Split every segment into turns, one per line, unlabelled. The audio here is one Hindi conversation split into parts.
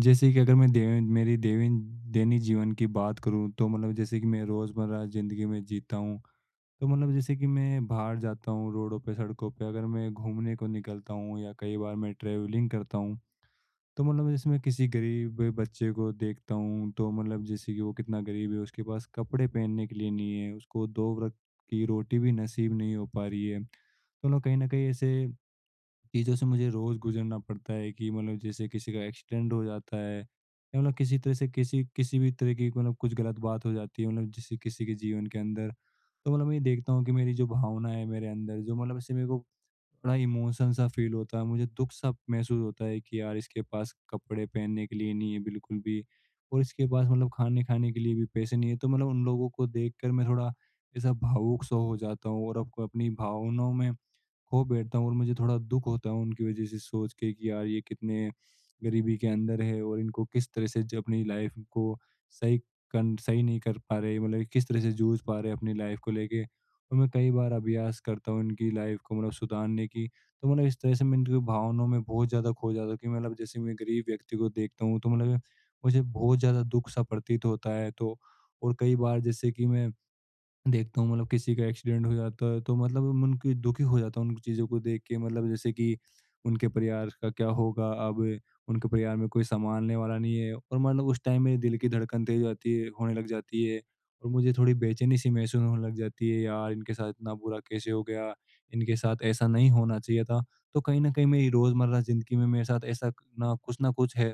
जैसे कि अगर मैं देवेन मेरी देवेन दैनिक जीवन की बात करूँ, तो मतलब जैसे कि मैं रोज़मर्रा ज़िंदगी में जीता हूँ। तो मतलब जैसे कि मैं बाहर जाता हूँ रोडों पे, सड़कों पे, अगर मैं घूमने को निकलता हूँ या कई बार मैं ट्रैवलिंग करता हूँ, तो मतलब जैसे मैं किसी गरीब बच्चे को देखता हूँ, तो मतलब जैसे कि वो कितना गरीब है, उसके पास कपड़े पहनने के लिए नहीं है, उसको 2 वक़्त की रोटी भी नसीब नहीं हो पा रही है। तो मतलब कहीं न कहीं ऐसे चीज़ों से मुझे रोज़ गुज़रना पड़ता है कि मतलब जैसे किसी का एक्सीडेंट हो जाता है, या मतलब किसी तरह से किसी किसी भी तरह की मतलब कुछ गलत बात हो जाती है, मतलब जैसे किसी के जीवन के अंदर। तो मतलब मैं ये देखता हूँ कि मेरी जो भावना है, मेरे अंदर जो, मतलब ऐसे मेरे को बड़ा इमोशन सा फील होता है, मुझे दुख सा महसूस होता है कि यार इसके पास कपड़े पहनने के लिए नहीं है बिल्कुल भी, और इसके पास मतलब खाने खाने के लिए भी पैसे नहीं है। तो मतलब उन लोगों को देख कर मैं थोड़ा ऐसा भावुक सा हो जाता हूँ, और आपको अपनी भावनाओं में खो बैठता हूँ, और मुझे थोड़ा दुःख होता है उनकी वज़ह से सोच के कि यार ये कितने गरीबी के अंदर है, और इनको किस तरह से ज अपनी लाइफ़ को सही सही नहीं कर पा रहे, मतलब किस तरह से जूझ पा रहे हैं अपनी लाइफ़ को लेके। और मैं कई बार अभ्यास करता हूँ इनकी लाइफ़ को मतलब सुधारने की। तो मतलब इस तरह से मैं इनकी भावनाओं में बहुत ज़्यादा खो जाता हूँ कि मतलब जैसे मैं गरीब व्यक्ति को देखता हूँ, तो मतलब मुझे बहुत ज़्यादा दुःख सा प्रतीत होता है। तो और कई बार जैसे कि मैं देखता हूँ मतलब किसी का एक्सीडेंट हो जाता है, तो मतलब मैं उनकी दुखी हो जाता हूँ उन चीज़ों को देख के, मतलब जैसे कि उनके परिवार का क्या होगा अब, उनके परिवार में कोई संभालने वाला नहीं है। और मतलब उस टाइम मेरे दिल की धड़कन तेज हो जाती है, होने लग जाती है, और मुझे थोड़ी बेचैनी सी महसूस होने लग जाती है यार इनके साथ इतना बुरा कैसे हो गया, इनके साथ ऐसा नहीं होना चाहिए था। तो कहीं ना कहीं मेरी रोज़मर्रा ज़िंदगी में मेरे साथ ऐसा ना कुछ है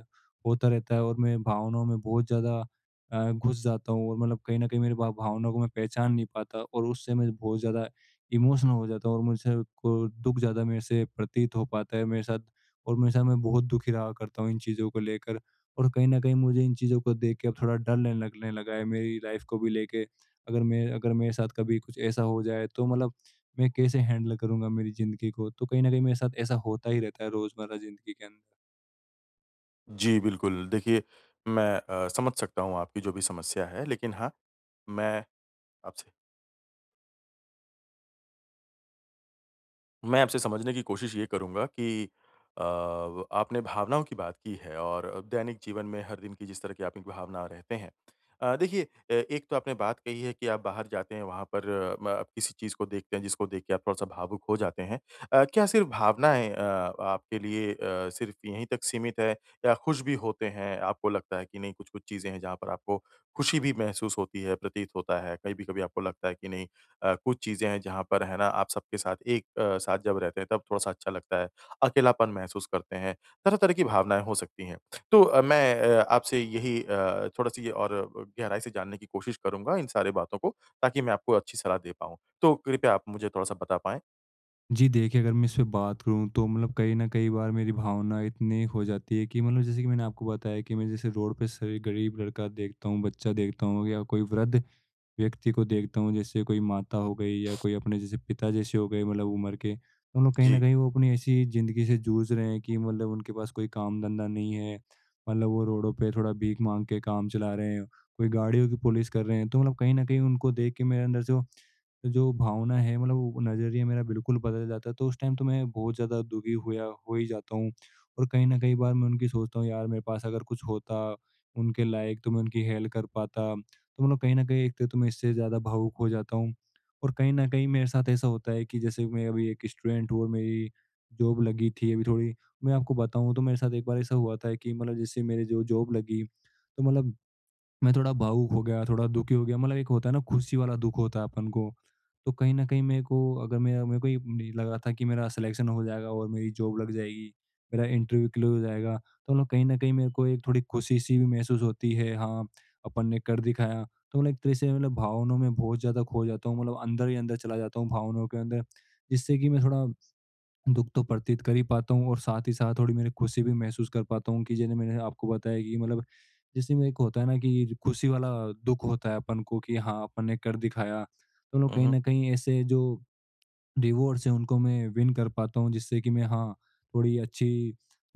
होता रहता है, और मैं भावनाओं में बहुत ज़्यादा घुस जाता हूँ, और मतलब कहीं न कहीं मेरी भा भावनाओं को मैं पहचान नहीं पाता, और उससे मैं बहुत ज़्यादा इमोशनल हो जाता हूँ, और मुझसे को दुःख ज़्यादा मेरे से प्रतीत हो पाता है मेरे साथ। और मेरे साथ मैं बहुत दुखी रहा करता हूँ इन चीज़ों को लेकर, और कहीं न कहीं मुझे इन चीज़ों को देख के अब थोड़ा डर लगने लगने लगा है मेरी लाइफ़ को भी लेके। अगर मेरे साथ कभी कुछ ऐसा हो जाए तो मतलब मैं कैसे हैंडल करूँगा मेरी ज़िंदगी को? तो कहीं न कहीं मेरे साथ ऐसा होता ही रहता है रोज़मर्रा ज़िंदगी के अंदर।
जी, बिल्कुल। देखिए, मैं समझ सकता हूँ आपकी जो भी समस्या है, लेकिन हाँ, मैं आपसे मैं आपसे समझने की कोशिश ये करूँगा कि अ, आपने भावनाओं की बात की है और दैनिक जीवन में हर दिन की जिस तरह की आपकी भावना रहते हैं। देखिए, एक तो आपने बात कही है कि आप बाहर जाते हैं वहाँ पर अ, म आप किसी चीज़ को देखते हैं जिसको देख के आप थोड़ा-सा भावुक हो जाते हैं। क्या सिर्फ़ भावनाएँ आपके लिए सिर्फ़ यहीं तक सीमित है या खुश भी होते हैं? आपको लगता है कि नहीं कुछ-कुछ चीज़ें हैं जहाँ पर आपको खुशी भी महसूस होती है, प्रतीत होता है, कभी-कभी आपको लगता है कि नहीं कुछ चीज़ें हैं जहाँ पर है ना आप सबके साथ एक साथ जब रहते हैं तब थोड़ा-सा अच्छा लगता है, अकेलापन महसूस करते हैं, तरह-तरह की भावनाएँ हो सकती हैं। तो मैं आपसे यही थोड़ा-सी और गहराई से जानने की कोशिश करूँगा इन सारी बातों को ताकि मैं आपको अच्छी सलाह दे पाऊँ। तो कृपया आप मुझे थोड़ा-सा बता पाएँ?
जी देखिए, अगर मैं इस पे बात करूँ, तो मतलब कहीं न कई बार मेरी भावना इतनी हो जाती है कि मतलब जैसे कि मैंने आपको बताया कि मैं जैसे रोड पे से गरीब लड़का देखता हूँ, बच्चा देखता हूँ, या कोई वृद्ध व्यक्ति को देखता हूँ, जैसे कोई माता हो गई या कोई अपने जैसे पिता जैसे हो गए मतलब उम्र के, तो मतलब कहीं न
जी।
कहीं वो अपनी ऐसी ज़िंदगी से जूझ रहे हैं कि मतलब उनके पास कोई काम-धंधा नहीं है। मतलब वो रोडों पे थोड़ा भीख माँग के काम चला रहे हैं, कोई गाड़ियों की पुलिस कर रहे हैं, तो मतलब कहीं न कहीं उनको देख के मेरे अंदर जो जो भावना है, मतलब वो नज़रिया मेरा बिल्कुल बदल जाता है, तो उस टाइम तो मैं बहुत ज़्यादा दुखी हुआ हो ही जाता हूँ, और कहीं न कहीं बार मैं उनकी सोचता हूँ यार मेरे पास अगर कुछ होता, उनके लायक, तो मैं उनकी हेल्प कर पाता। तो मतलब कहीं न कहीं एक तो मैं इससे ज़्यादा भावुक हो जाता हूँ, और कहीं न कहीं मेरे साथ ऐसा होता है कि जैसे मैं अभी एक स्टूडेंट हूँ, और मेरी जॉब लगी थी अभी थोड़ी, मैं आपको बताऊँ तो मेरे साथ एक बार ऐसा हुआ था कि मतलब जैसे मेरे जो जॉब लगी, तो मतलब मैं थोड़ा भावुक हो गया, थोड़ा दुखी हो गया, मतलब एक होता है ना खुशी वाला दुःख होता है अपन को। तो कहीं न कहीं मेरे को, अगर मेरा मेरे को ये नहीं लग रहा था कि मेरा सिलेक्शन हो जाएगा और मेरी जॉब लग जाएगी, मेरा इंटरव्यू क्लियर हो जाएगा। तो मतलब कहीं न कहीं मेरे को एक थोड़ी खुशी-सी भी महसूस होती है, हाँ, अपन ने कर दिखाया। तो मतलब एक तरह से मतलब भावनाओं में बहुत ज़्यादा खो जाता हूँ, मतलब अंदर ही अंदर चला जाता हूँ भावनाओं के अंदर, जिससे कि मैं थोड़ा दुःख तो प्रतीत कर ही पाता हूँ, और साथ ही साथ थोड़ी मेरी खुशी भी महसूस कर पाता हूँ कि जैसे मैंने आपको बताया कि मतलब जैसे में एक होता है ना कि खुशी वाला दुःख होता है अपन को कि हाँ, अपन ने कर दिखाया। तो हम लोग
हुँ,
कहीं
हुँ।
न कहीं ऐसे जो रिवॉर्ड्स हैं, उनको मैं विन कर पाता हूँ, जिससे कि मैं, हाँ, थोड़ी अच्छी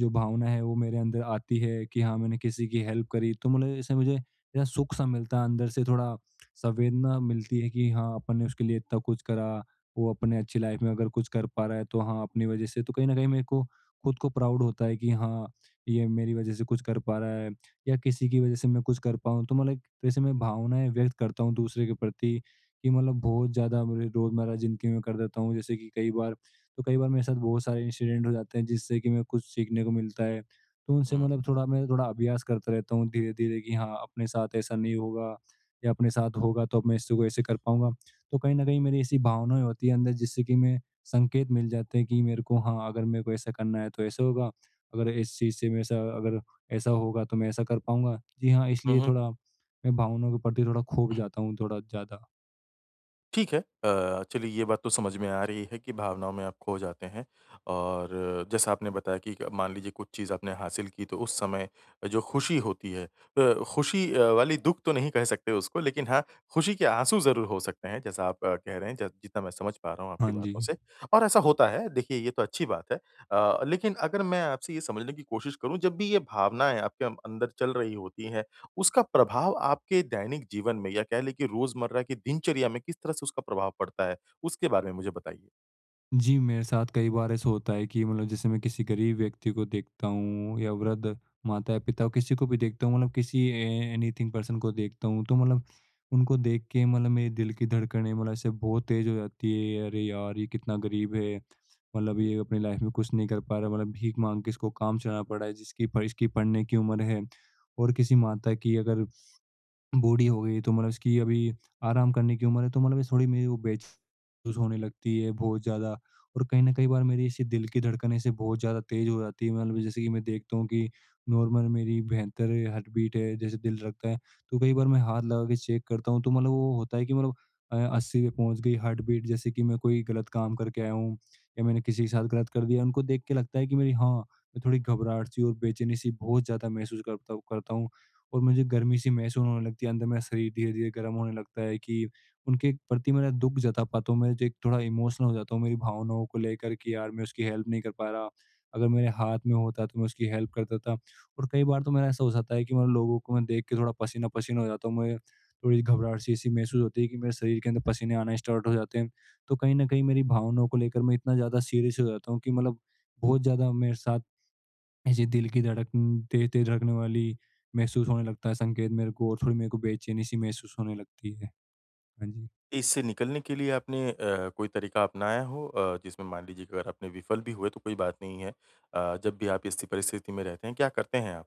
जो भावना है वो मेरे अंदर आती है कि हाँ, मैंने किसी की हेल्प करी तो मतलब ऐसे मुझे ऐसा सुख-सा मिलता है अंदर से, थोड़ा संवेदना मिलती है कि हाँ, अपन ने उसके लिए इतना कुछ करा, वो अपने अच्छी लाइफ में अगर कुछ कर पा रहा है तो हाँ, अपनी वज़ह से, तो कहीं न कहीं मेरे को खुद को प्राउड होता है कि हाँ, ये मेरी वज़ह से कुछ कर पा रहा है, या किसी की वज़ह से मैं कुछ कर पाऊँ। तो मतलब एक तरह से मैं भावनाएँ व्यक्त करता हूँ दूसरे के प्रति कि मतलब बहुत ज़्यादा मेरे रोज़मर्रा ज़िंदगी में कर देता हूँ। जैसे कि कई बार, तो कई बार मेरे साथ बहुत सारे इंसिडेंट हो जाते हैं जिससे कि मैं कुछ सीखने को मिलता है। तो उनसे
हुँ।
मतलब थोड़ा मैं थोड़ा अभ्यास करता रहता हूँ धीरे-धीरे कि हाँ, अपने साथ ऐसा नहीं होगा, या अपने साथ होगा तो अब मैं इसको ऐसे कर पाऊँगा। तो कहीं न कहीं मेरी ऐसी भावनाएँ होती है अंदर जिससे कि मैं संकेत मिल जाते हैं कि मेरे को, हाँ, अगर मेरे को ऐसा करना है तो ऐसा होगा, अगर इस चीज़ से मेरे साथ अगर ऐसा होगा तो मैं ऐसा कर पाऊँगा। जी हाँ,
हुँ,
इसलिए
हुँ।
थोड़ा मैं भावनाओं के प्रति थोड़ा खो भी जाता हूँ थोड़ा ज़्यादा।
ठीक है। चलिए ये बात तो समझ में आ रही है कि भावनाओं में आप खो जाते हैं और जैसा आपने बताया कि मान लीजिए कुछ चीज़ आपने हासिल की तो उस समय जो खुशी होती है, खुशी वाली दुःख तो नहीं कह सकते उसको, लेकिन हाँ, खुशी के आँसू ज़रूर हो सकते हैं जैसा आप कह रहे हैं, ज जितना मैं समझ पा रहा हूँ
हाँ
आपकी
जी।
बातों से और ऐसा होता है। देखिए ये तो अच्छी बात है। लेकिन अगर मैं आपसे ये समझने की कोशिश करूँ, जब भी ये भावनाएँ आपके अम अंदर चल रही होती हैं, उसका प्रभाव आपके दैनिक जीवन में या कह लें कि रोज़मर्रा की दिनचर्या में किस तरह से उसका प्रभाव पड़ता है? उसके बारे में मुझे बताइए।
जी, मेरे साथ कई बार ऐसा होता है कि मतलब जैसे मैं किसी गरीब व्यक्ति को देखता हूँ या वृद्ध माता-पिता किसी को भी देखता हूँ मतलब किसी ए एनीथिंग पर्सन को देखता हूँ, तो मतलब उनको देख के मतलब मेरे दिल की धड़कनें मतलब ऐसे बहुत तेज़ हो जाती है। अरे यार! ये कितना गरीब है। मतलब ये अपनी लाइफ़ में कुछ नहीं कर पा रहा, मतलब भीख माँग के इसको काम चलाना पड़ रहा है, जिसकी प इसकी पढ़ने की उम्र है। और किसी माता की अगर बूढ़ी हो गई, तो मतलब इसकी अभी आराम करने की उम्र है, तो मतलब ये थोड़ी मेरी वो बेचैन होने लगती है बहुत ज़्यादा। और कहीं न कहीं बार मेरी इसी दिल की धड़कन इससे बहुत ज़्यादा तेज़ हो जाती है, मतलब जैसे कि मैं देखता हूँ कि नॉर्मल मेरी 72 हार्ट बीट है, जैसे दिल धड़कता है, तो कई बार मैं हाथ लगा के चेक करता हूँ, तो मतलब वो होता है कि मतलब 80 पे पहुँच गई हार्ट बीट, जैसे कि मैं कोई गलत काम करके आया हूँ, या मैंने किसी के साथ गलत कर दिया, उनको देख के लगता है कि मेरी, हाँ, मैं थोड़ी घबराहट-सी और बेचैनी-सी बहुत ज़्यादा महसूस करता करता हूँ। और मुझे गर्मी सी महसूस होने लगती है, अंदर मेरा शरीर धीरे-धीरे गर्म होने लगता है कि उनके प्रति मेरा दुःख जता पाता हूँ, मैं जो एक थोड़ा इमोशनल हो जाता हूँ मेरी भावनाओं को लेकर कि यार मैं उसकी हेल्प नहीं कर पा रहा। अगर मेरे हाथ में होता तो मैं उसकी हेल्प करता था, और कई बार तो मेरा ऐसा हो जाता है कि मतलब लोगों को मैं देख के थोड़ा पसीना-पसीना हो जाता हूँ, मैं थोड़ी घबराहट सी ऐसी महसूस होती है कि मेरे शरीर के अंदर पसीने आना स्टार्ट हो जाते हैं। तो कहीं न कहीं मेरी भावनाओं को लेकर मैं इतना ज़्यादा सीरियस हो जाता हूँ कि मतलब बहुत ज़्यादा मेरे साथ ऐसे दिल की धड़कन तेज-तेज धड़कने वाली महसूस होने लगता है संकेत मेरे को, और थोड़ी मेरे को बेचैनी सी महसूस होने लगती है। हाँ जी।
इससे निकलने के लिए आपने कोई तरीका अपनाया हो जिसमें मान लीजिए कि अगर आपने विफल भी हुए तो कोई बात नहीं है। जब भी आप ऐसी परिस्थिति में रहते हैं, क्या करते हैं आप?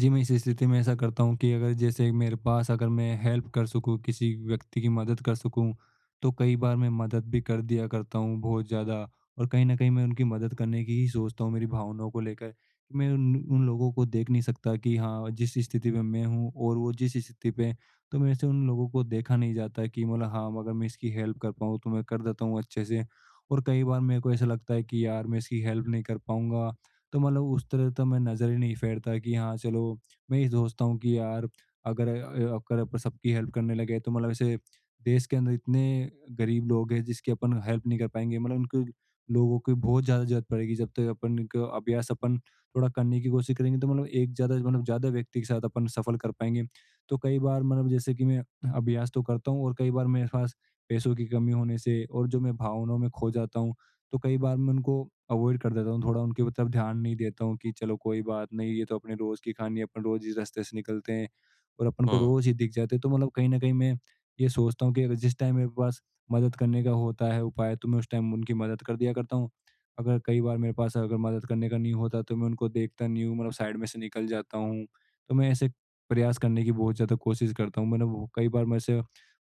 जी, मैं इस स्थिति में ऐसा करता हूँ कि अगर जैसे मेरे पास, अगर मैं हेल्प कर सकूँ, किसी व्यक्ति की मदद कर सकूँ, तो कई बार मैं मदद भी कर दिया करता हूँ बहुत ज़्यादा। और कहीं न कहीं मैं उनकी मदद करने की ही सोचता हूँ मेरी भावनाओं को लेकर। कि मैं उन उन लोगों को देख नहीं सकता कि हाँ, जिस स्थिति में मैं हूँ और वो जिस स्थिति पे हैं, तो मेरे से उन लोगों को देखा नहीं जाता कि मतलब हाँ, अगर मैं इसकी हेल्प कर पाऊँ, तो मैं कर देता हूँ अच्छे से। और कई बार मेरे को ऐसा लगता है कि यार मैं इसकी हेल्प नहीं कर पाऊँगा, तो मतलब उस तरह तो मैं नज़र ही नहीं फेरता कि हाँ चलो, मैं ये सोचता हूँ कि यार अगर अपन सबकी हेल्प करने लगे तो मतलब ऐसे देश के अंदर इतने गरीब लोग हैं जिसकी अपन हेल्प नहीं कर पाएंगे, मतलब उनको लोगों की बहुत ज़्यादा जरूरत पड़ेगी, जब तक अपन को अभ्यास अपन थोड़ा करने की कोशिश करेंगे, तो मतलब एक ज़्यादा मतलब ज़्यादा व्यक्ति के साथ अपन सफल कर पाएंगे। तो कई बार मतलब जैसे कि मैं अभ्यास तो करता हूँ, और कई बार मेरे पास पैसों की कमी होने से और जो मैं भावनाओं में खो जाता हूँ, तो कई बार मैं उनको अवॉइड कर देता हूँ, थोड़ा उनकी तरफ ध्यान नहीं देता हूँ कि चलो कोई बात नहीं, ये तो अपने रोज़ की कहानी है, अपन रोज़ इस रास्ते से निकलते हैं और अपन को
हुँ।
रोज़ ही दिख जाते हैं। तो मतलब कहीं न कहीं मैं ये सोचता हूँ कि अगर जिस टाइम मेरे पास मदद करने का होता है उपाय, तो मैं उस टाइम उनकी मदद कर दिया करता हूँ। अगर कई बार मेरे पास, अगर मदद करने का नहीं होता, तो मैं उनको देखता नहीं हूँ, मतलब साइड में से निकल जाता हूँ। तो मैं ऐसे प्रयास करने की बहुत ज़्यादा कोशिश करता हूँ। मैंने वो कई बार मेरे से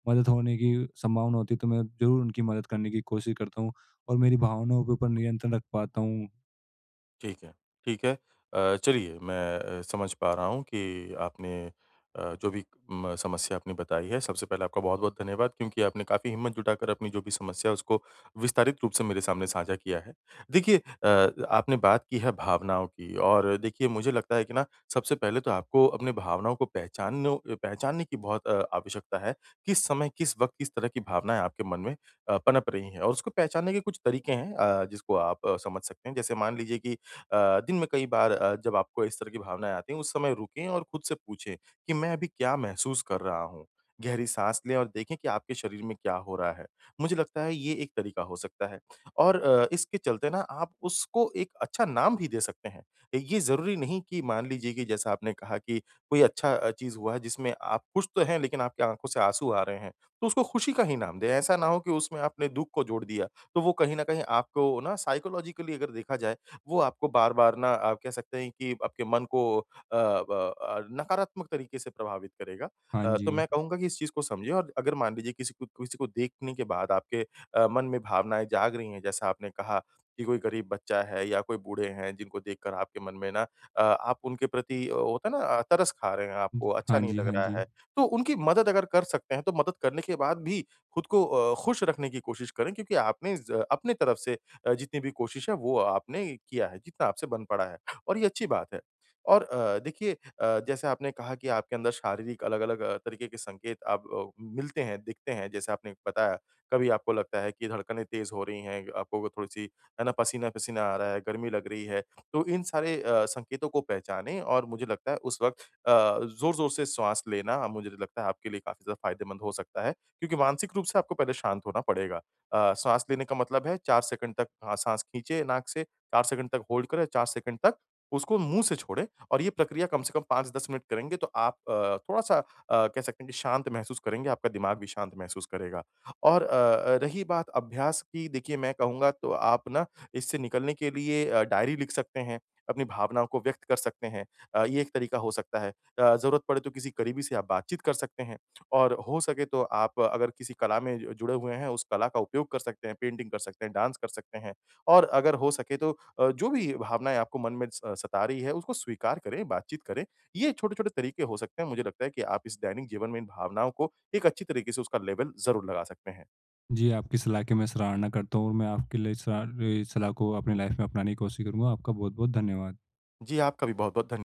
मदद होने की संभावना होती है, तो मैं ज़रूर उनकी मदद करने की कोशिश करता हूँ। और मेरी भावनाओं के ऊपर नियंत्रण रख पाता हूँ।
ठीक है, ठीक है। चलिए मैं समझ पा रहा हूँ कि आपने जो भी म समस्या आपने बताई है, सबसे पहले आपका बहुत-बहुत धन्यवाद क्योंकि आपने काफ़ी हिम्मत जुटाकर अपनी जो भी समस्या है उसको विस्तारित रूप से मेरे सामने साझा किया है। देखिए, आपने बात की है भावनाओं की और देखिए मुझे लगता है कि ना, सबसे पहले तो आपको अपने भावनाओं को पहचानों पहचानने की बहुत आवश्यकता है। किस समय, किस वक़्त, किस तरह की भावनाएँ आपके मन में पनप रही हैं और उसको पहचानने के कुछ तरीके हैं जिसको आप समझ सकते हैं। जैसे मान लीजिए कि दिन में कई बार, जब आपको इस तरह की भावनाएँ आती हैं, उस समय रुकें और खुद से पूछें कि मैं अभी क्या महसूस कर रहा हूँ? गहरी साँस लें और देखें कि आपके शरीर में क्या हो रहा है। मुझे लगता है ये एक तरीका हो सकता है और इसके चलते ना आप उसको एक अच्छा नाम भी दे सकते हैं। ये ज़रूरी नहीं कि, मान लीजिए कि जैसा आपने कहा कि कोई अच्छा चीज़ हुआ है जिसमें आप खुश तो हैं लेकिन आपकी आँखों से आँसू आ रहे हैं, तो उसको खुशी का ही नाम दें। ऐसा ना हो कि उसमें आपने दुःख को जोड़ दिया, तो वो कहीं न कहीं आपको ना, साइकोलॉजिकली अगर देखा जाए, वो आपको बार-बार, ना, आप कह सकते हैं कि आपके मन को नकारात्मक तरीके से प्रभावित करेगा।
हाँ
तो
जी।
मैं कहूँगा कि इस चीज़ को समझिए और अगर मान लीजिए किसी को देखने के बाद आपके मन में भावनाएँ जाग रही हैं, जैसा आपने कहा कि कोई गरीब बच्चा है या कोई बूढ़े हैं जिनको देखकर आपके मन में ना आप उनके प्रति होता है ना, तरस खा रहे हैं,
जी,
आपको अच्छा
हाँ
नहीं
जी,
लग
हाँ
रहा
जी।
है। तो उनकी मदद अगर कर सकते हैं, तो मदद करने के बाद भी खुद को खुश रखने की कोशिश करें क्योंकि आपने ज अपने तरफ से जितनी भी कोशिश है वो आपने किया है, जितना आपसे बन पड़ा है, और ये अच्छी बात है। और देखिए, जैसे आपने कहा कि आपके अंदर शारीरिक अलग-अलग तरीके के संकेत आप मिलते हैं, दिखते हैं, जैसे आपने बताया, कभी आपको लगता है कि धड़कनें तेज़ हो रही हैं, आपको थोड़ी-सी है ना पसीना-पसीना आ रहा है, गर्मी लग रही है। तो इन सारे संकेतों को पहचानें और मुझे लगता है उस वक़्त अ, ज़ोर-ज़ोर से श्वास लेना मुझे लगता है आपके लिए काफ़ी ज़्यादा फ़ायदेमंद हो सकता है, क्योंकि मानसिक रूप से आपको पहले शांत होना पड़ेगा। साँस लेने का मतलब है, 4 सेकंड तक हाँ, साँस खींचे नाक से, 4 सेकंड तक होल्ड करें, 4 सेकंड तक उसको मुँह से छोड़ें और ये प्रक्रिया कम से कम 5-10 मिनट करेंगे, तो आप थोड़ा-सा कह सकते हैं कि शांत महसूस करेंगे, आपका दिमाग भी शांत महसूस करेगा। और रही बात अभ्यास की, देखिए मैं कहूँगा, तो आप ना इससे निकलने के लिए डायरी लिख सकते हैं, अपनी भावनाओं को व्यक्त कर सकते हैं। ये एक तरीका हो सकता है। ज़रूरत पड़े तो किसी करीबी से आप बातचीत कर सकते हैं। और हो सके तो आप अगर किसी कला में ज जुड़े हुए हैं, उस कला का उपयोग कर सकते हैं, पेंटिंग कर सकते हैं, डांस कर सकते हैं। और अगर हो सके तो जो भी भावनाएँ आपको मन में स सता रही है, उसको स्वीकार करें, बातचीत करें। ये छोटे-छोटे तरीके हो सकते हैं, मुझे लगता है कि आप इस दैनिक जीवन में इन भावनाओं को एक अच्छी तरीके से उसका लेवल ज़रूर लगा सकते हैं।
जी, आपकी सलाह की मैं सराहना करता हूँ, और मैं आपके लिए सलाह को अपनी लाइफ़ में अपनाने की कोशिश करूँगा। आपका बहुत-बहुत धन्यवाद।
जी, आपका भी बहुत-बहुत धन्य